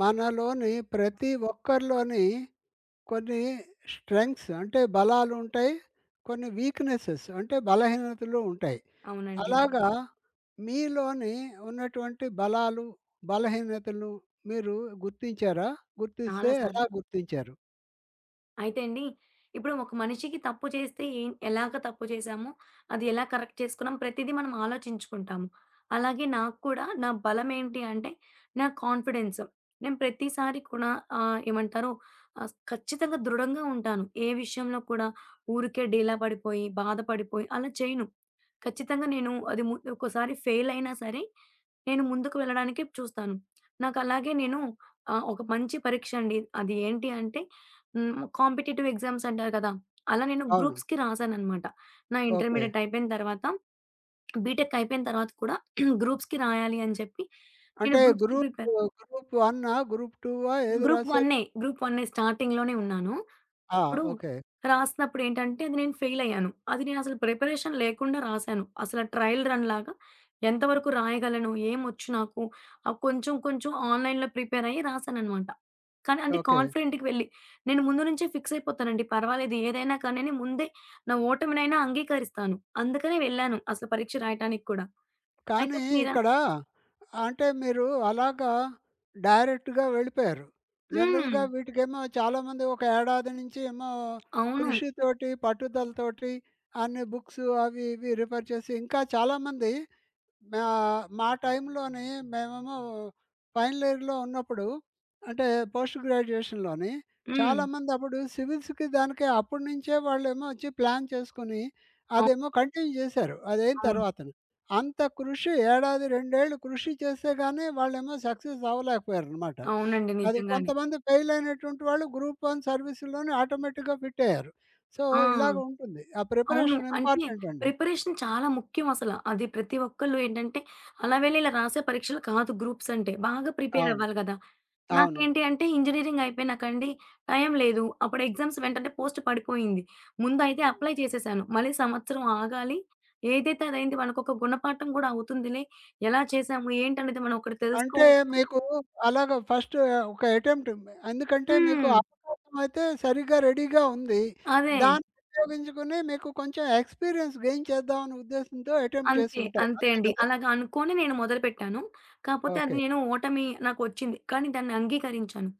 మనలోని ప్రతి ఒక్కరిలోని కొన్ని స్ట్రెంగ్స్ అంటే బలాలు ఉంటాయి. కొన్ని వీక్‌నెసెస్ అంటే బలహీనతలు ఉంటాయి. అవును. అవునండి. అలాగా మీలోని ఉన్నటువంటి బలాలు, బలహీనతలు మీరు గుర్తించారా? చాలా గుర్తిస్తే సార్లు. ఎలా గుర్తించారు? అయితే అండి, ఇప్పుడు ఒక మనిషికి తప్పు చేస్తే ఏం ఎలాగ తప్పు చేశామో, అది ఎలా కరెక్ట్ చేసుకున్నాం, ప్రతీదీ మనం ఆలోచించుకుంటాము. అలాగే నాకు కూడా నా బలం ఏంటి అంటే, నా కాన్ఫిడెన్స్. నేను ప్రతిసారి కూడా ఏమంటారు ఖచ్చితంగా దృఢంగా ఉంటాను. ఏ విషయంలో కూడా ఊరికే డీలా పడిపోయి, బాధపడిపోయి అలా చేయను. ఖచ్చితంగా నేను అది ఒక్కోసారి ఫెయిల్ అయినా సరే, నేను ముందుకు వెళ్ళడానికి చూస్తాను. నాకలాగే నేను ఒక మంచి పరీక్ష అండి. అది ఏంటి అంటే హ్మ్, కాంపిటీటివ్ ఎగ్జామ్స్ అంటారు కదా! అలా నేను అవును. గ్రూప్స్‌కి రాసాననమాట. నా ఓకే. ఇంటర్మీడియేట్ అయిపోయిన తర్వాత, బీటెక్ అయిపోయిన తర్వాత కూడా గ్రూప్స్‌కి రాయాలి అని చెప్పి, నేను అంటే గ్రూప్స్‌కి గ్రూప్, ప్రిపేర్ గ్రూప్ 1 గ్రూప్ 2 ఏది గ్రూప్ రాసారు? వన్నే. గ్రూప్ వన్నే స్టార్టింగ్‌లోనే ఉన్నాను. ఆ! అప్పుడు ఓకే. రాసినప్పుడు ఏంటంటే అది నేను ఫెయిల్ అయ్యాను. అది నేనసలు ప్రిపరేషన్ లేకుండా రాసాను. అసల ట్రయల్ రన్ లాగా ఎంతవరకు రాయగలను? ఏమొచ్చు నాకు? కొంచెం కొంచెం ఆన్‌లైన్‌లో ప్రిపేర్ అయ్యి రాసాననమాట. కానీ అంటే ఓకే. కాన్ఫిడెంట్‌కి వెళ్లి. నేను ముందు నుంచే ఫిక్స్ అయిపోతానండి. పర్వాలేదు ఏదైనా కానీ ముందే నా ఓటమినైనా అంగీకరిస్తాను. అందుకనే వెళ్ళాను అసలు పరీక్ష రాయటానికి కూడా. అయితే కానీ తీరా ఇక్కడ అంటే మీరు అలాగా డైరెక్ట్‌గా వెళ్ళిపోయారు. హ్మ్. జనరల్‌గా వీటికేమో చాలామంది ఒక ఏడాది నుంచి ఏమో అవును. కృషితోటి, పట్టుదలతోటి అన్ని బుక్స్ అవి ఇవి రిఫర్ చేసి ఇంకా చాలామంది మా మా టైంలోని మేమేమో ఫైనల్ ఇయర్‌లో ఉన్నప్పుడు అంటే పోస్ట్ గ్రాడ్యుయేషన్‌లోని హ్మ్. చాలామంది అప్పుడు సివిల్స్‌కి దానికి అప్పటి నుంచే వాళ్ళేమో వచ్చి ప్లాన్ చేసుకొని అవును. అదేమో కంటిన్యూ చేశారు. అదైన అవును. తర్వాతను. అంత కృషి ఏడాది, 2 ఏళ్ళు కృషి చేస్తే గాని వాళ్ళేమో సక్సెస్ అవ్వలేకపోయారనమాట. అవునండి. అది నిజంగానే. కొంతమంది ఫెయిల్ అయినటువంటి వాళ్ళు గ్రూప్ వన్ సర్వీస్‌లోనే ఆటోమేటిక్‌గా ఫిట్ అయ్యారు. సో, ఆ! ఇలాగ ఉంటుంది. ఆ అవును. ప్రిపరేషన్ అంటే ఇంపార్టెంట్ అండి. ప్రిపరేషన్ చాలా ముఖ్యం అసల. అది ప్రతి ఒక్కళ్ళు ఏంటంటే, అలా వెళ్ళి ఇలా రాసే పరీక్షలు కాదు గ్రూప్స్ అంటే. బాగా ప్రిపేర్ అవును. అవ్వాలి గదా! అవును. నాకేంటి అంటే ఇంజినీరింగ్ అయిపోయినాకండి టైం లేదు. అప్పుడు ఎగ్జామ్స్ వెంటనే పోస్ట్ పడిపోయింది. ముందయితే అప్లై చేసేసాను. మళ్ళీ సంవత్సరం ఆగాలి. ఏదైతే అదైంది మనకొక గుణపాఠం గూడా అవుతుందిలే. ఎలా చేసాము ఏంటనేది మనం ఒకటి అంటే తెలుసుకోవచ్చు. మీకు అలాగా ఫస్ట్ ఒక అటెంప్ట్ ఎందుకంటే మీకు హ్మ్. అవకాశం అయితే సరిగ్గా రెడీగా ఉంది. అదే. దాన్ని ఉపయోగించుకొని మీకు కొంచెం ఎక్స్‌పీరియన్స్ గెయిన్ చేద్దాం అనే ఉద్దేశ్యంతో అటెంప్ట్ చేసి అంతే. ఉంటారు. అంతే అంతే అండి. కదా! అలాగా అనుకోని నేను మొదలుపెట్టాను. కాపోతే అది ఓకే. నేను ఓటమి నాకొచ్చింది. కానీ దాన్ని అంగీకరించాను.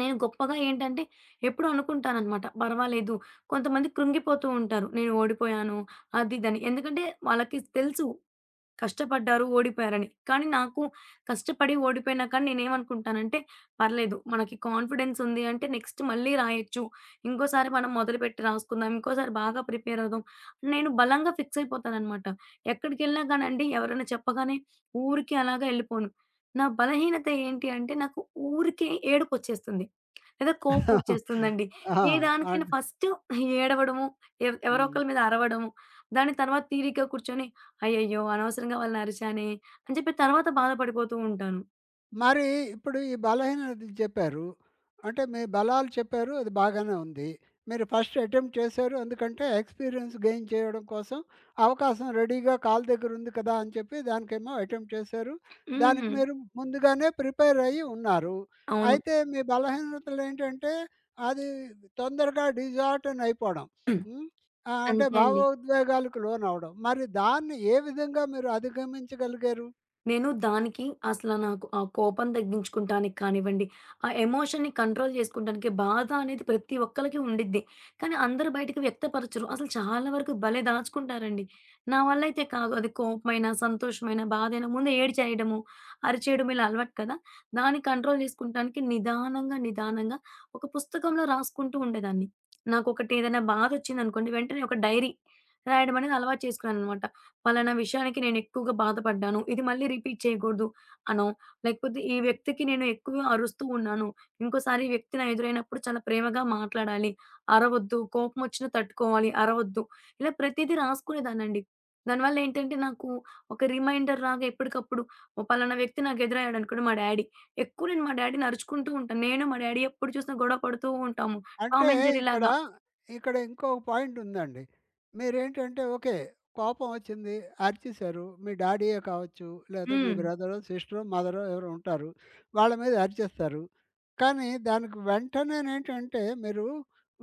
నేను గొప్పగా ఏంటంటే ఎప్పుడూ అనుకుంటాననమాట. పర్వాలేదు. కొంతమంది కృంగిపోతూ ఉంటారు. నేను ఓడిపోయాను అది ఇదని. ఎందుకంటే వాళ్ళకి తెలుసు. కష్టపడ్డారు, ఓడిపోయారని. కానీ నాకు కష్టపడి ఓడిపోయినా కానీ నేనేమనుకుంటానంటే, పర్లేదు మనకి కాన్ఫిడెన్స్ ఉంది అంటే నెక్స్ట్ మళ్ళీ రాయొచ్చు. ఇంకోసారి మనం మొదలుపెట్టి రాసుకుందాం. ఇంకోసారి బాగా ప్రిపేర్ అవుదాం. అని నేను బలంగా ఫిక్స్ అయిపోతాననమాట. ఎక్కడికెళ్ళినా కానండి ఎవరైనా చెప్పగానే ఊరికే అలాగా ఎళ్ళిపోను. నా బలహీనత ఏంటి అంటే నాకు ఊరికే ఏడుపొచ్చేస్తుంది. లేదా కోపమొచ్చేస్తుందండి. ఏ ఆ! దానికైనా అండ్ ఫస్ట్ ఏడవడము, ఎవరో హ్మ్. ఒకళ్ళ మీద అరవడము, దాని తర్వాత తీరిగ్గా కూర్చొని అయ్యయ్యో! అనవసరంగా వాళ్ళని అరిచానే అని చెప్పి తర్వాత బాధపడిపోతూ ఉంటాను. మరి ఇప్పుడు ఈ బలహీనత చెప్పారు. అంటే మీ బలాలు చెప్పారు. అది బాగానే ఉంది. మీరు ఫస్ట్ అటెంప్ట్ చేశారు. ఎందుకంటే ఎక్స్పీరియన్స్ గెయిన్ చేయడం కోసం అవకాశం రెడీగా కాళ్ళ దగ్గర ఉంది కదా అని చెప్పి దానికేమో అటెంప్ట్ చేశారు. దానికి హ్మ్. మీరు ముందుగానే ప్రిపేర్ అయ్యి ఉన్నారు. అవును. అయితే మీ బలహీనతలేంటంటే అది తొందరగా డిజార్టన్ అయిపోవడం. ఉమ్, హ్మ్. అంటే అంతే అండి. భావోద్వేగాలకు లోనవ్వడం. మరి దాన్ని ఏ విధంగా మీరు అధిగమించగలిగారు? నేను దానికి అసల నాకు ఆ కోపం తగ్గించుకుంటానికి కానివ్వండి, ఆ ఎమోషన్‌ని కంట్రోల్ జేసుకుంటానికి బాధ అనేది ప్రతి ఒక్కళ్ళకి ఉండిద్ది. కానీ అందరూ బయటకి వ్యక్తపరచరు. అసలు చాలా వరకు భలే దాచుకుంటారండి. నా వల్ల అయితే కాదు. అది కోపమైనా, సంతోషమైనా, బాధైనా ముందు ఏడ్చేయడము, అరిచేయడం ఇలా అలవాటు కదా! దాన్ని కంట్రోల్ జేసుకుంటానికి నిదానంగా, నిదానంగా ఒక పుస్తకంలో రాసుకుంటూ ఉండేదాన్ని. నాకొకటి ఏదైనా బాధొచ్చిందనుకోండి, వెంటనే ఒక డైరీ రాయడం అనేది అలవాటు చేసుకున్నాననమాట. పలానా విషయానికి నేను ఎక్కువగా బాధపడ్డాను. ఇది మళ్ళీ రిపీట్ చేయకూడదు అనో, లేకపోతే ఈ వ్యక్తికి నేను ఎక్కువ అరుస్తూ ఉన్నాను. ఇంకోసారి ఈ వ్యక్తి నా ఎదురైనప్పుడు చాలా ప్రేమగా మాట్లాడాలి. అరవొద్దు, కోపమొచ్చినా తట్టుకోవాలి, అరవొద్దు. ఇలా ప్రతీదీ రాసుకునేదాన్నండి. దానివల్ల ఏంటంటే నాకు ఒక రిమైండర్ లాగా ఎప్పటికప్పుడు ఓ పలానా వ్యక్తి నాకు ఎదురయ్యాడనుకోండి మా డ్యాడీ. ఎక్కువ నేను మా డ్యాడీని అరుచుకుంటూ ఉంటాను. నేను మా డ్యాడీ ఎప్పుడు చూసినా గొడవ పడుతూ ఉంటాము. అంటే టామ్ అండ్ జెర్రీ ఇక్కడ, లాగా. ఇక్కడ ఇంకో పాయింట్ ఉందండి. మీరేంటంటే ఓకే. కోపం వచ్చింది, అరిచేసారు. మీ డాడీయే కావచ్చు, లేదా మీ హ్మ్. బ్రదరో, సిస్టరో, మదరో ఎవరో ఉంటారు. వాళ్ళ మీద అరిచేస్తారు. కానీ దానికి వెంటనేనేంటంటే మీరు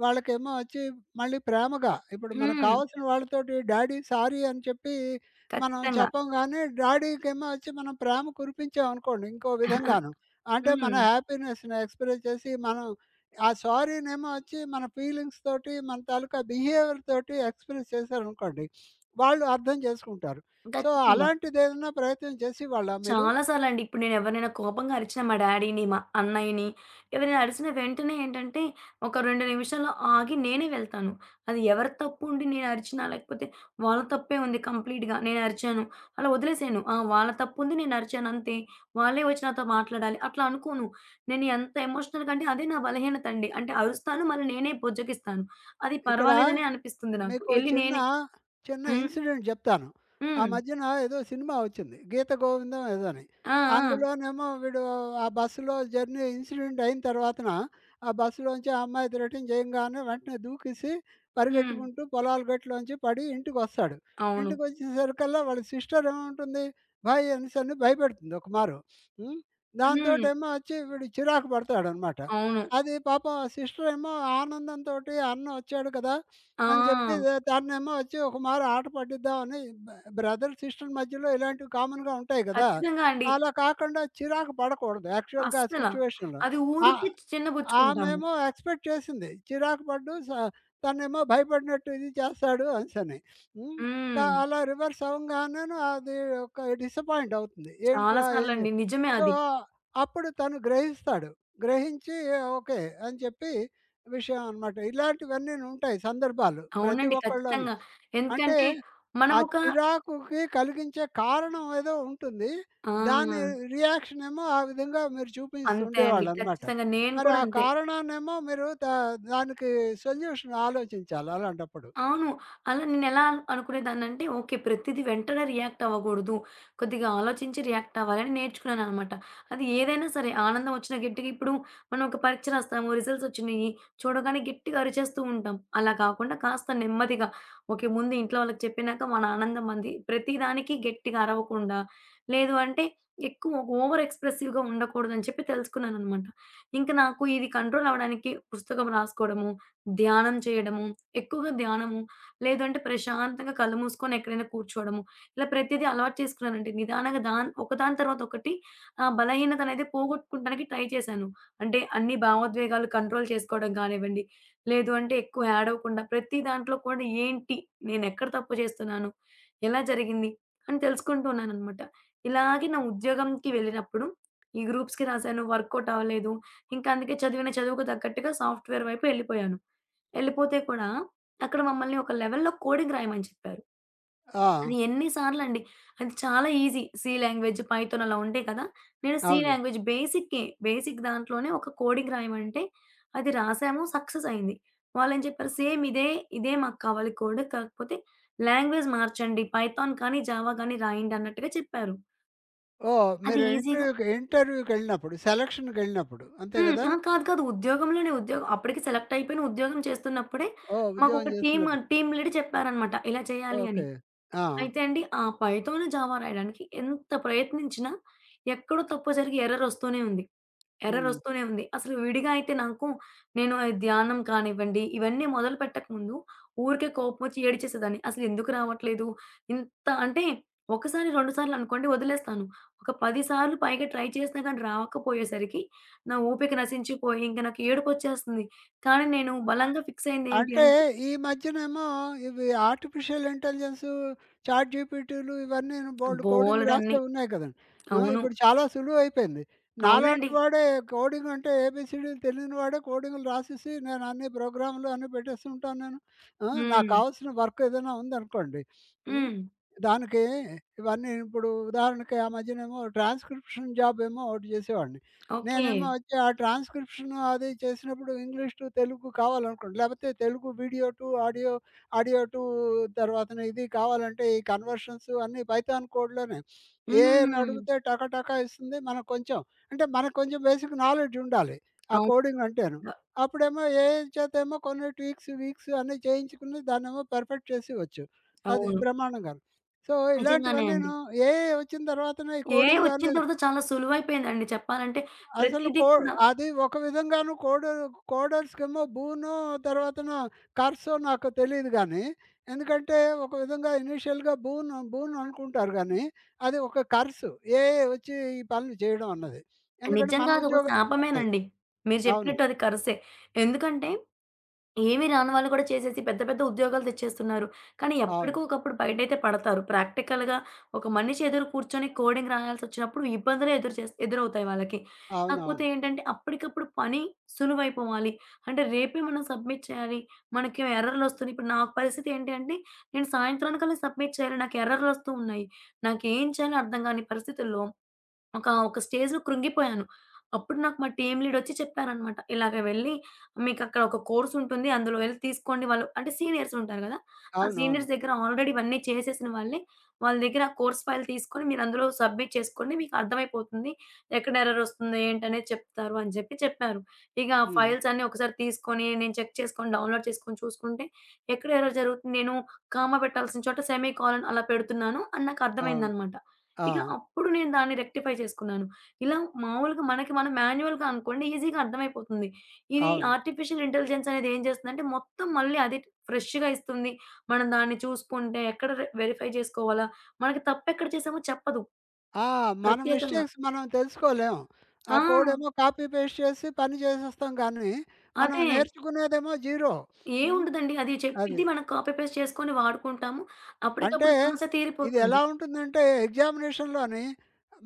వాళ్ళకేమో వచ్చి మళ్ళీ ప్రేమగా ఇప్పుడు మనకు హ్మ్. కావాల్సిన వాళ్ళతోటి డాడీ సారీ అని చెప్పి మనం ఖచ్చితంగా. చెప్పం గానీ, డాడీకేమో వచ్చి మనం ప్రేమ కురిపించామనుకోండి ఇంకో విధంగాను. అంటే మన హ్మ్. హ్యాపీనెస్‌ని ఎక్స్‌ప్రెస్ చేసి మనం ఆ సారీనేమో వచ్చి మన ఫీలింగ్స్ తోటి, మన తాలూకా బిహేవియర్ తోటి ఎక్స్‌ప్రెస్ చేశారనుకోండి, వాళ్ళు అర్థం చేసుకుంటారు. సో, ఖచ్చితంగా. అలాంటిదేదైనా ప్రయత్నం చేసేవాళ్ళా మీరు? చాలా సార్లండి. ఇప్పుడు నేను ఎవరినైనా కోపంగా అరిచినా మా డ్యాడీని, మా అన్నయ్యని ఎవరైనా అరిచిన వెంటనే ఏంటంటే, ఒక 2 నిమిషాల్లో ఆగి నేనే వెళ్తాను. అది ఎవరి తప్పు ఉండి నేను అరిచినా, లేకపోతే వాళ్ళ తప్పే ఉంది కంప్లీట్‌గా నేను అరిచాను, అలా వదిలేసాను. ఆ! వాళ్ళ తప్పు ఉంది నేను అరిచాను అంతే. వాళ్ళే వచ్చి నాతో మాట్లాడాలి అట్లా అనుకోను. నేను ఎంత ఎమోషనల్‌గా అంటే అదే నా బలహీనత అండి. అంటే అరుస్తాను మళ్ళీ నేనే బుజ్జగిస్తాను. అది ఇక్కడ పర్వాలేదనే అనిపిస్తుంది నాకు. మీకో ఎళ్లి చిన్న, నేనే చిన్న హ్మ్. ఇన్సిడెంట్ జెప్తాను. ఆ హ్మ్. మధ్యన ఏదో సినిమా వచ్చింది. 'గీత గోవిందం' ఏదోని. ఆ! ఆ! అందులోనేమో వీడు ఆ బస్సులో జర్నీ ఇన్సిడెంట్ అయిన తర్వాతన, ఆ బస్సులోంచి ఆ అమ్మాయి థ్రెటన్ చేయంగానే వెంటనే దూకేసి హ్మ్. పరిగెట్టుకుంటూ పొలాల గట్టులోంచి పడి ఇంటికొస్తాడు. అవును. ఇంటికొచ్చేసరికల్లా వాళ్ళ సిస్టర్ ఏమంటుంది, "భాయ్" అనేసని భయపెడుతుంది ఒక మారు. హ్మ్. హ్మ్. దాంతోటేమో వచ్చి వీడు చిరాకు పడతాడనమాట. అవును. అది పాపం ఆ సిస్టరేమో ఆనందంతోటి అన్న వచ్చాడు కదా! అని చెప్పి ఆ! దాన్నేమో వచ్చి ఒక మారు ఆట పట్టిద్దామని బ బ్రదర్, సిస్టర్ మధ్యలో ఇలాంటివి కామన్‌గా ఉంటాయి గదా! ఖచ్చితంగా అండి. అలా కాకుండా చిరాకు పడకూడదు యాక్చువల్‌గా ఆ అస్సల. సిట్యుయేషన్‌లో. అది ఆ ఊరికే చిన్నబుచ్చుకుంటాము. ఆమేమో ఎక్స్‌పెక్ట్ చేసింది. చిరాకు పడ్డు స తనేమో భయపడినట్టు ఇది చేస్తాడు అనేసని. హ్మ్. హ్మ్. అలా రివర్స్ అవంగానేను అది ఒక డిసప్పాయింట్ అవుతుంది. చాలా ఏంట్రా ఏం జే సార్లండి. నిజమే సో, అది. అప్పుడు తను గ్రహిస్తాడు. గ్రహించి ఓకే. అని చెప్పి విషయం అనమాట. ఇలాంటివన్నీను ఉంటాయి సందర్భాలు ప్రతి అవునండి. ఒక్కళ్ళోని. ఖచ్చితంగా. అంటే, ఎందుకంటే ఆ మనమొక చిరాకుకి కలిగించే కారణం ఏదో ఉంటుంది. దాని ఆ! రియాక్షనేమో ఆ విధంగా మీరు అంతే అండి. చూపిస్తుండేవాళ్ళనమాట. ఖచ్చితంగా. నేను మరి కూడా ఆ అంతే. కారణాన్నేమో మీరు దా దానికి సొల్యూషన్ ఆలోచించాలి అలాంటప్పుడు. అవును. అలా నేనెలా అనుకునేదాన్నంటే, ఓకే. ప్రతిది వెంటనే రియాక్ట్ అవ్వగూడదు. కొద్దిగా ఆలోచించి రియాక్ట్ అవ్వాలని నేర్చుకున్నాననమాట. అది ఏదైనా సరే ఆనందం వచ్చిన గట్టిగా ఇప్పుడు మనం ఒక పరీక్ష రాస్తాము. రిజల్ట్స్ వచ్చినియి. చూడగానే గట్టిగా అరిచేస్తూ ఉంటాం. అలా కాకుండా కాస్త నెమ్మదిగా ఓకే. ముందు ఇంట్లో వాళ్ళకి చెప్పినాక మన ఆనందం మనది. ప్రతి దానికి గట్టిగా అరవకుండా, లేదు అంటే ఎక్కువ ఓవర్ ఎక్స్‌ప్రెసివ్‌గా ఉండకూడదని చెప్పి తెలుసుకున్నాననమాట. ఇంక నాకు ఇది కంట్రోల్ అవ్వడానికి పుస్తకం రాసుకోవడము, ధ్యానం చేయడము, ఎక్కువగా ధ్యానము, లేదంటే ప్రశాంతంగా కళ్ళు మూసుకొని ఎక్కడైనా కూర్చోవడము. ఇలా ప్రతీదీ అలవాటు చేసుకున్నానండి. నిదానంగా ఒకదాని తర్వాత ఒకటి ఆ బలహీనత అనేది పోగొట్టుకుంటానికి ట్రై చేశాను. అంటే అన్ని భావోద్వేగాలు కంట్రోల్ చేసుకోవడం కానివ్వండి, లేదు అంటే ఎక్కువ ఏడవకుండా ప్రతి దాంట్లో కూడా ఏంటి? నేనెక్కడ తప్పు చేస్తున్నాను? ఎలా జరిగింది? అని తెలుసుకుంటూ ఉన్నాననమాట. ఇలాగే నా ఉద్యోగంకి వెళ్ళినప్పుడు ఈ గ్రూప్స్‌కి రాసాను. వర్కౌట్ అవ్వలేదు. ఇంకా అందుకే చదివిన చదువుకు తగ్గట్టుగా సాఫ్ట్‌వేర్ వైపు ఎళ్ళిపోయాను. ఎళ్ళిపోతే కూడా అక్కడ మమ్మల్ని ఒక లెవెల్‌లో కోడింగ్ రాయమని చెప్పారు. ఆ! అది ఎన్ని సార్లండి. అది చాలా ఈజీ. సి లాంగ్వేజ్, పైథాన్ అలా ఉంటాయి కదా! నేను సి అవును. లాంగ్వేజ్ బేసిక్కే. బేసిక్ దాంట్లోనే ఒక కోడింగ్ రాయమంటే అది రాసాము. సక్సెస్ అయింది. వాళ్ళేం చెప్పారు, "సేమ్ ఇదే, ఇదే మాకు కావాలి కోడ్. కాకపోతే లాంగ్వేజ్ మార్చండి. పైథాన్ కానీ, జావా కానీ రాయండి" అన్నట్టుగా చెప్పారు. ఓహ్! అది మీరు ఈజీగా ఇంటర్వ్యూకెళ్ళినప్పుడు, సెలక్షన్‌కెళ్ళినప్పుడు అంతే హ్మ్. గదా! ఆ! కాదు. కాదు. ఉద్యోగంలోనే ఉద్యోగం అప్పటికి సెలెక్ట్ అయిపోయిన ఉద్యోగం చేస్తున్నప్పుడే ఓహ్! ఉద్యోగం మాకొక టీమ్, చేస్తున్నప్పుడు. లీడ్ చెప్పారనమాట ఇలా చేయాలి అని. ఓకే. ఆ! అయితే అండి, ఆ పైథాన్, జావా రాయడానికి ఎంత ప్రయత్నించినా ఎక్కడో తప్పో జరిగి ఎర్రర్ ఒస్తూనే ఉంది. ఎర్రర్ హ్మ్. ఒస్తూనే ఉంది. అసలు విడిగా అయితే నాకు నేను ఈ ధ్యానం కానివ్వండి, ఇవన్నీ మొదలుపెట్టకముందు ఊరికే కోపమొచ్చి ఏడిచేసేదాన్ని. అసలెందుకు రావట్లేదు? ఇంత అంటే ఒకసారి, 2 సార్లు అనుకోండి వదిలేస్తాను. ఒక 10 సార్లు పైగా ట్రై చేసినా గాని రావకపోయేసరికి నా ఓపిక నశించిపోయి ఇంక నాకు ఏడుపొచ్చేస్తుంది. కానీ నేను బలంగా ఫిక్స్ అయిందేంటి అంటే అంటే ఈ మధ్యనేమో ఇవి ఆర్టిఫిషియల్ ఇంటెలిజెన్స్, చాట్ జీపీటీలు ఇవన్నీను బోలెడు కోడింగ్ బోలెడన్ని రాసేవి ఉన్నాయి కదండీ. ఆ! అవును. ఇప్పుడు చాలా సులువైపోయింది. అవునండి. నాలాంటి వాడే కోడింగ్ అంటే ఏబీసీడీలు తెలియని వాడే కోడింగ్‌లు రాసేసి నేను అన్ని ప్రోగ్రామ్‌లు అన్నీ పెట్టేస్తుంటాను నేను. ఆ! నాకు హ్మ్. కావాల్సిన వర్క్ ఏదైనా ఉందనుకోండి. హ్మ్. హ్మ్. దానికి ఇవన్నీ ఇప్పుడు ఉదాహరణకి ఆ మధ్యనేమో ట్రాన్స్‌క్రిప్షన్ జాబ్ ఏమో ఒకటి చేసేవాడిని. ఓకే. నేనేమో వచ్చి ఆ ట్రాన్స్క్రిప్షన్ అది చేసినప్పుడు ఇంగ్లీష్ టు తెలుగు కావాలనుకోండి, లేకపోతే తెలుగు video to audio, audio to తర్వాతన ఇది కావాలంటే ఈ కన్వర్షన్స్ అన్నీ పైథాన్ కోడ్‌లోనే. ఏఐని హ్మ్. అడిగితే టక టక ఇస్తుంది. మనకు కొంచెం అంటే మనకు కొంచెం బేసిక్ నాలెడ్జ్ ఉండాలి. ఆ అవును. కోడింగ్ అంటేను. అప్పుడేమో ఏఐ చేతేమో కొన్ని ట్వీక్స్, వీక్స్ అన్నీ చేయించుకుని దాన్నేమో పర్ఫెక్ట్ చేసేయొచ్చు. అది అవును. బ్రహ్మాండంగాను. సో, నిజంగానే అండి. ఇలాంటివన్నీను ఏఐ వచ్చిన తర్వాతనే ఈ ఏఐ కోడింగ్ వచ్చిన అనేది తర్వాత చాలా సులువైపోయిందండి చెప్పాలంటే. అసలు ప్రతీది కో కూడా అది ఒక విధంగాను కోడర్స్‌కేమో బూనో, తర్వాతన కర్సో నాకు తెలీదు గానీ, ఎందుకంటే ఒక విధంగా ఇనీషియల్‌గా బూన్ బూన్ అనుకుంటారు గానీ, అది ఒక కర్సు. ఏఐ వచ్చి ఈ పనులు చేయడం అన్నది. ఎందుకంటే మన నిజంగా అదొక ఉద్యోగాలు పోతాయి. శాపమేనండి. మీరు అవును. చెప్పినట్టు అది కరసే. ఎందుకంటే ఏమి రాని వాళ్ళు కూడా చేసేసి పెద్ద పెద్ద ఉద్యోగాలు తెచ్చేస్తున్నారు. కానీ అవును. ఎప్పటికో ఒకప్పుడు బయటైతే పడతారు. ప్రాక్టికల్‌గా ఒక మనిషి ఎదురు కూర్చొని కోడింగ్ రాయాల్సొచ్చినప్పుడు ఇబ్బందులే ఎదురు చేస్ ఎదురవుతాయి వాళ్ళకి. కాకపోతే అవునవును. ఏంటంటే అప్పటికప్పుడు పని సులువైపోవాలి. అంటే రేపే మనం సబ్మిట్ చేయాలి. మనకి ఎర్రర్‌లొస్తున్నాయి. ఇప్పుడు నా పరిస్థితి ఏంటి అంటే నేను సాయంత్రానికల్లా సబ్మిట్ చేయాలి. నాకు ఎర్రర్‌లొస్తూ ఉన్నాయి. నాకేం చేయాలో అర్థం కాని పరిస్థితుల్లో ఒక ఒక స్టేజ్‌లో కృంగిపోయాను. అప్పుడు నాకు మా టీమ్ లీడొచ్చి చెప్పారనమాట. "ఇలాగ వెళ్ళి మీకక్కడ ఒక కోర్స్ ఉంటుంది. అందులో వెళ్లి తీసుకోండి." వాళ్ళు అంటే సీనియర్స్ ఉంటారు గదా! ఆ అవునవును. సీనియర్స్ దగ్గర ఆల్రెడీ ఇవన్నీ చేసేసిన వాళ్ళే. వాళ్ళ దగ్గర ఆ కోర్స్ ఫైల్ తీసుకొని మీరు అందులో సబ్మిట్ చేసుకోండి. మీకు అర్థమైపోతుంది. ఎక్కడ ఎర్రర్ వస్తుందో ఏంటనేది చెప్తారు అని చెప్పి చెప్పారు. ఇక ఆ హ్మ్. ఫైల్స్ అన్నీ ఒకసారి తీసుకొని నేను చెక్ చేసుకొని, డౌన్‌లోడ్ చేసుకొని చూసుకుంటే ఎక్కడ ఎర్రర్ జరుగుతుంది. నేను కామా పెట్టాల్సిన చోట సెమీ కోలన్ అలా పెడుతున్నాను అని నాకు అవును. అర్థమైందనమాట. ఆ! ఇక అప్పుడు నేను దాన్ని రెక్టిఫై చేసుకున్నాను. ఇలా మామూలుగా మనకి మనం మాన్యుయల్‌గా అనుకోండి ఈజీగా అర్థమైపోతుంది. ఇది అవును. ఆర్టిఫిషియల్ ఇంటెలిజెన్స్ అనేది ఏం చేస్తుందంటే మొత్తం మళ్ళీ అది ఫ్రెష్‌గా ఇస్తుంది. మనం దాన్ని చూసుకుంటే ఎక్కడ వెరిఫై చేసుకోవాలా? మనకి తప్పెక్కడ చేసామో చెప్పదు ఆ! మన ప్రత్యేకంగా. మిస్టేక్స్ మనం తెలుసుకోలేం. ఆ ఆ! కోడేమో కాపీ పేస్ట్ చేసి పని చేసేస్తాం కానీ, మనం అదే. నేర్చుకునేదేమో జీరో. హ్మ్. ఏముండదండి. అది చెప్పిద్ది అది. మనం కాపీ పేస్ట్ చేసుకొని వాడుకుంటాము. అంటే అప్పటికప్పుడు సమస్య ఇది తీరిపోతుంది. ఎలా ఉంటుందంటే ఎగ్జామినేషన్‌లోని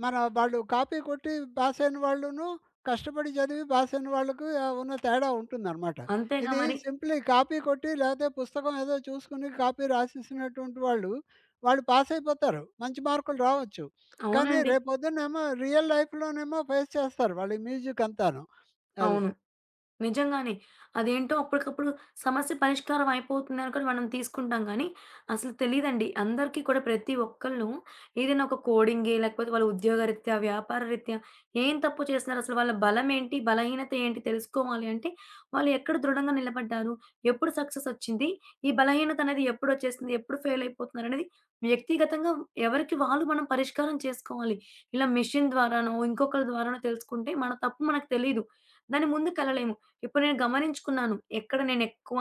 మన వాళ్ళు కాపీ కొట్టి పాస్ అయిన వాళ్ళును, కష్టపడి చదివి పాస్ అయిన వాళ్ళకి ఉన్న తేడా ఉంటుందనమాట. అంతేగా ఇది మరి. సింప్లీ కాపీ కొట్టి లేకపోతే పుస్తకం ఏదో చూసుకొని కాపీ రాసేసినటువంటి వాళ్ళు, వాళ్ళు పాస్ అయిపోతారు. మంచి మార్కులు రావచ్చు. కానీ అవునండి. రేపొద్దున్నేమో రియల్ లైఫ్‌లోనేమో ఫేస్ చేస్తారు వాళ్ళు ఈ మ్యూజిక్ అంతాను. అది. అవును. నిజంగానే. అదేంటో అప్పటికప్పుడు సమస్య పరిష్కారం అయిపోతుందని కూడా మనం తీసుకుంటాం గానీ, అసలు తెలీదండి. అందరికీ కూడా ప్రతి ఒక్కళ్ళు ఏదైనా ఒక కోడింగే లేకపోతే వాళ్ళ ఉద్యోగరీత్యా, వ్యాపార రీత్యా ఏం తప్పు చేస్తున్నారు? అసలు వాళ్ళ బలమేంటి? బలహీనత ఏంటి? తెలుసుకోవాలి అంటే వాళ్ళు ఎక్కడ దృఢంగా నిలబడ్డారు? ఎప్పుడు సక్సెస్ వచ్చింది? ఈ బలహీనత అనేది ఎప్పుడొచ్చేసింది? ఎప్పుడు ఫెయిల్ అయిపోతున్నారు? అనేది వ్యక్తిగతంగా ఎవరికి వాళ్ళు మనం పరిష్కారం చేసుకోవాలి. ఇలా మెషిన్ ద్వారానో, ఇంకొకరి ద్వారానో తెలుసుకుంటే మన తప్పు మనకు తెలీదు. దాని ముందుకెళ్ళలేము. ఇప్పుడు నేను గమనించుకున్నాను. ఎక్కడ నేనెక్కువ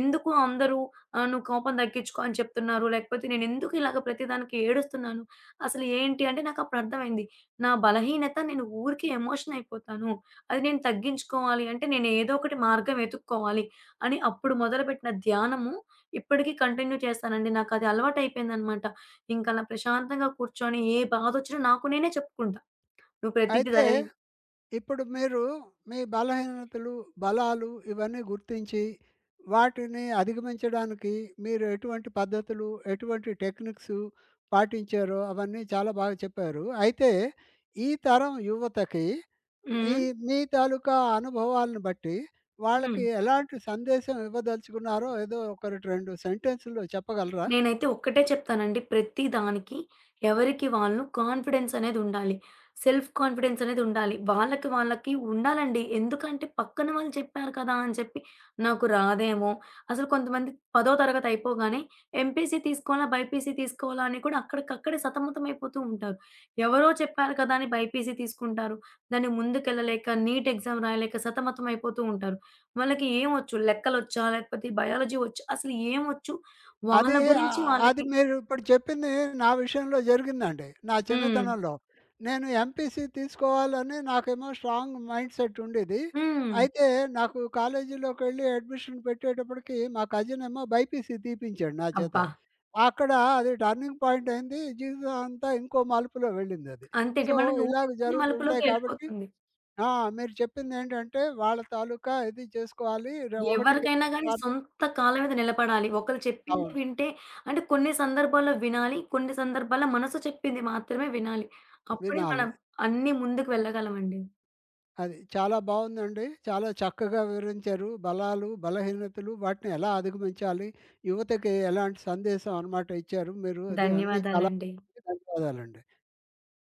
ఎందుకు అందరూ "నువ్వు కోపం తగ్గించుకో" అని చెప్తున్నారు. లేకపోతే నేనెందుకు ఇలాగ ప్రతిదానికి ఏడుస్తున్నాను. అసలు ఏంటి అంటే నాకప్పుడు అర్థమైంది. నా బలహీనత నేను ఊరికే ఎమోషన్ అయిపోతాను. అది నేను తగ్గించుకోవాలి అంటే నేను ఏదో ఒకటి మార్గం వెతుక్కోవాలి అని అప్పుడు మొదలుపెట్టిన ధ్యానము ఇప్పటికి కంటిన్యూ చేస్తానండి. నాకది అలవాటయిపోయిందనమాట. ఇంకలా ప్రశాంతంగా కూర్చొని ఏ బాధొచ్చినా నాకు నేనే చెప్పుకుంటా. "నువ్వు ప్రతీది అయితే ధైర్యం" ఇప్పుడు మీరు మీ బలహీనతలు, బలాలు ఇవన్నీ గుర్తించి, వాటిని అధిగమించడానికి మీరు ఎటువంటి పద్ధతులు, ఎటువంటి టెక్నిక్స్ పాటించారో అవన్నీ చాలా బాగా చెప్పారు. అయితే ఈ తరం యువతకి ఈ హ్మ్. మీ తాలూకా అనుభవాలను బట్టి హ్మ్. వాళ్ళకి ఎలాంటి సందేశం ఇవ్వదలుచుకున్నారో ఏదో ఒక 2, 2 సెంటెన్స్‌లో చెప్పగలరా? నేనైతే ఒక్కటే చెప్తానండి. ప్రతి దానికి ఎవరికి వాళ్ళు కాన్ఫిడెన్స్ అనేదుండాలి. సెల్ఫ్ కాన్ఫిడెన్స్ అనేదుండాలి. వాళ్ళకి వాళ్ళకి ఉండాలండి. ఎందుకంటే పక్కన వాళ్ళు చెప్పారు కదా! అని చెప్పి నాకు రాదేమో! అసలు కొంతమంది పదో తరగతి అయిపోగానే ఎంపీసీ తీసుకోవాలా? బైపీసీ తీసుకోవాలా? అని కూడా అక్కడికక్కడే సతమతమైపోతూ ఉంటారు. ఎవరో చెప్పారు కదా! అని బైపీసీ తీసుకుంటారు. దాన్ని ముందుకెళ్ళలేక నీట్ ఎగ్జామ్ రాయలేక సతమతం అయిపోతూ ఉంటారు. వాళ్ళకి ఏమొచ్చు? లెక్కలొచ్చా? లేకపోతే బయాలజీ వచ్చా? అసలు ఏమొచ్చు? వాళ్ళ అది గురించి అది వాళ్ళకి మీరు ఇప్పుడు చెప్పింది నా విషయంలో జరిగిందండి. నా హ్మ్. చిన్నతనంలో. నేను ఎంపీసీ తీసుకోవాలని నాకేమో స్ట్రాంగ్ మైండ్ సెట్ ఉండేది. హ్మ్. అయితే నాకు కాలేజీలోకెళ్ళి అడ్మిషన్ పెట్టేటప్పటికి మా కజిన్ ఏమో బైపీసీ తీపించాడు నా చేత. అబ్బా! అక్కడ అది టర్నింగ్ పాయింట్ అయింది. జీవితం అంతా ఇంకో మలుపులో వెళ్ళిందది. అంతేంటి సో, మనకి ఇలాగ ఊహించని జరుగుతుంటాయి మలుపులోకి కాబట్టి ఎళ్ళిపోతుంది. ఆ! మీరు చెప్పిందేంటంటే వాళ్ళ తాలూకా ఇది చేసుకోవాలి. ఒకటికి ఎవరికైనా రెండు గాని సార్లు సొంత కాళ్ళ మీద నిలబడాలి. ఒకళ్ళు చెప్పింది అవును. వింటే అంటే కొన్ని సందర్భాల్లో వినాలి. కొన్ని సందర్భాల్లో మనసు చెప్పింది మాత్రమే వినాలి. అప్పుడే వినాలి. మనం అన్నీ ముందుకు వెళ్ళగలమండి. అది. చాలా బావుందండి. చాలా చక్కగా వివరించారు. బలాలు, బలహీనతలు వాటిని ఎలా అధిగమించాలి, యువతకి ఎలాంటి సందేశం అనమాట ఇచ్చారు మీరు. అది అన్నీ చాలా ధన్యవాదాలండి. ధన్యవాదాలండి.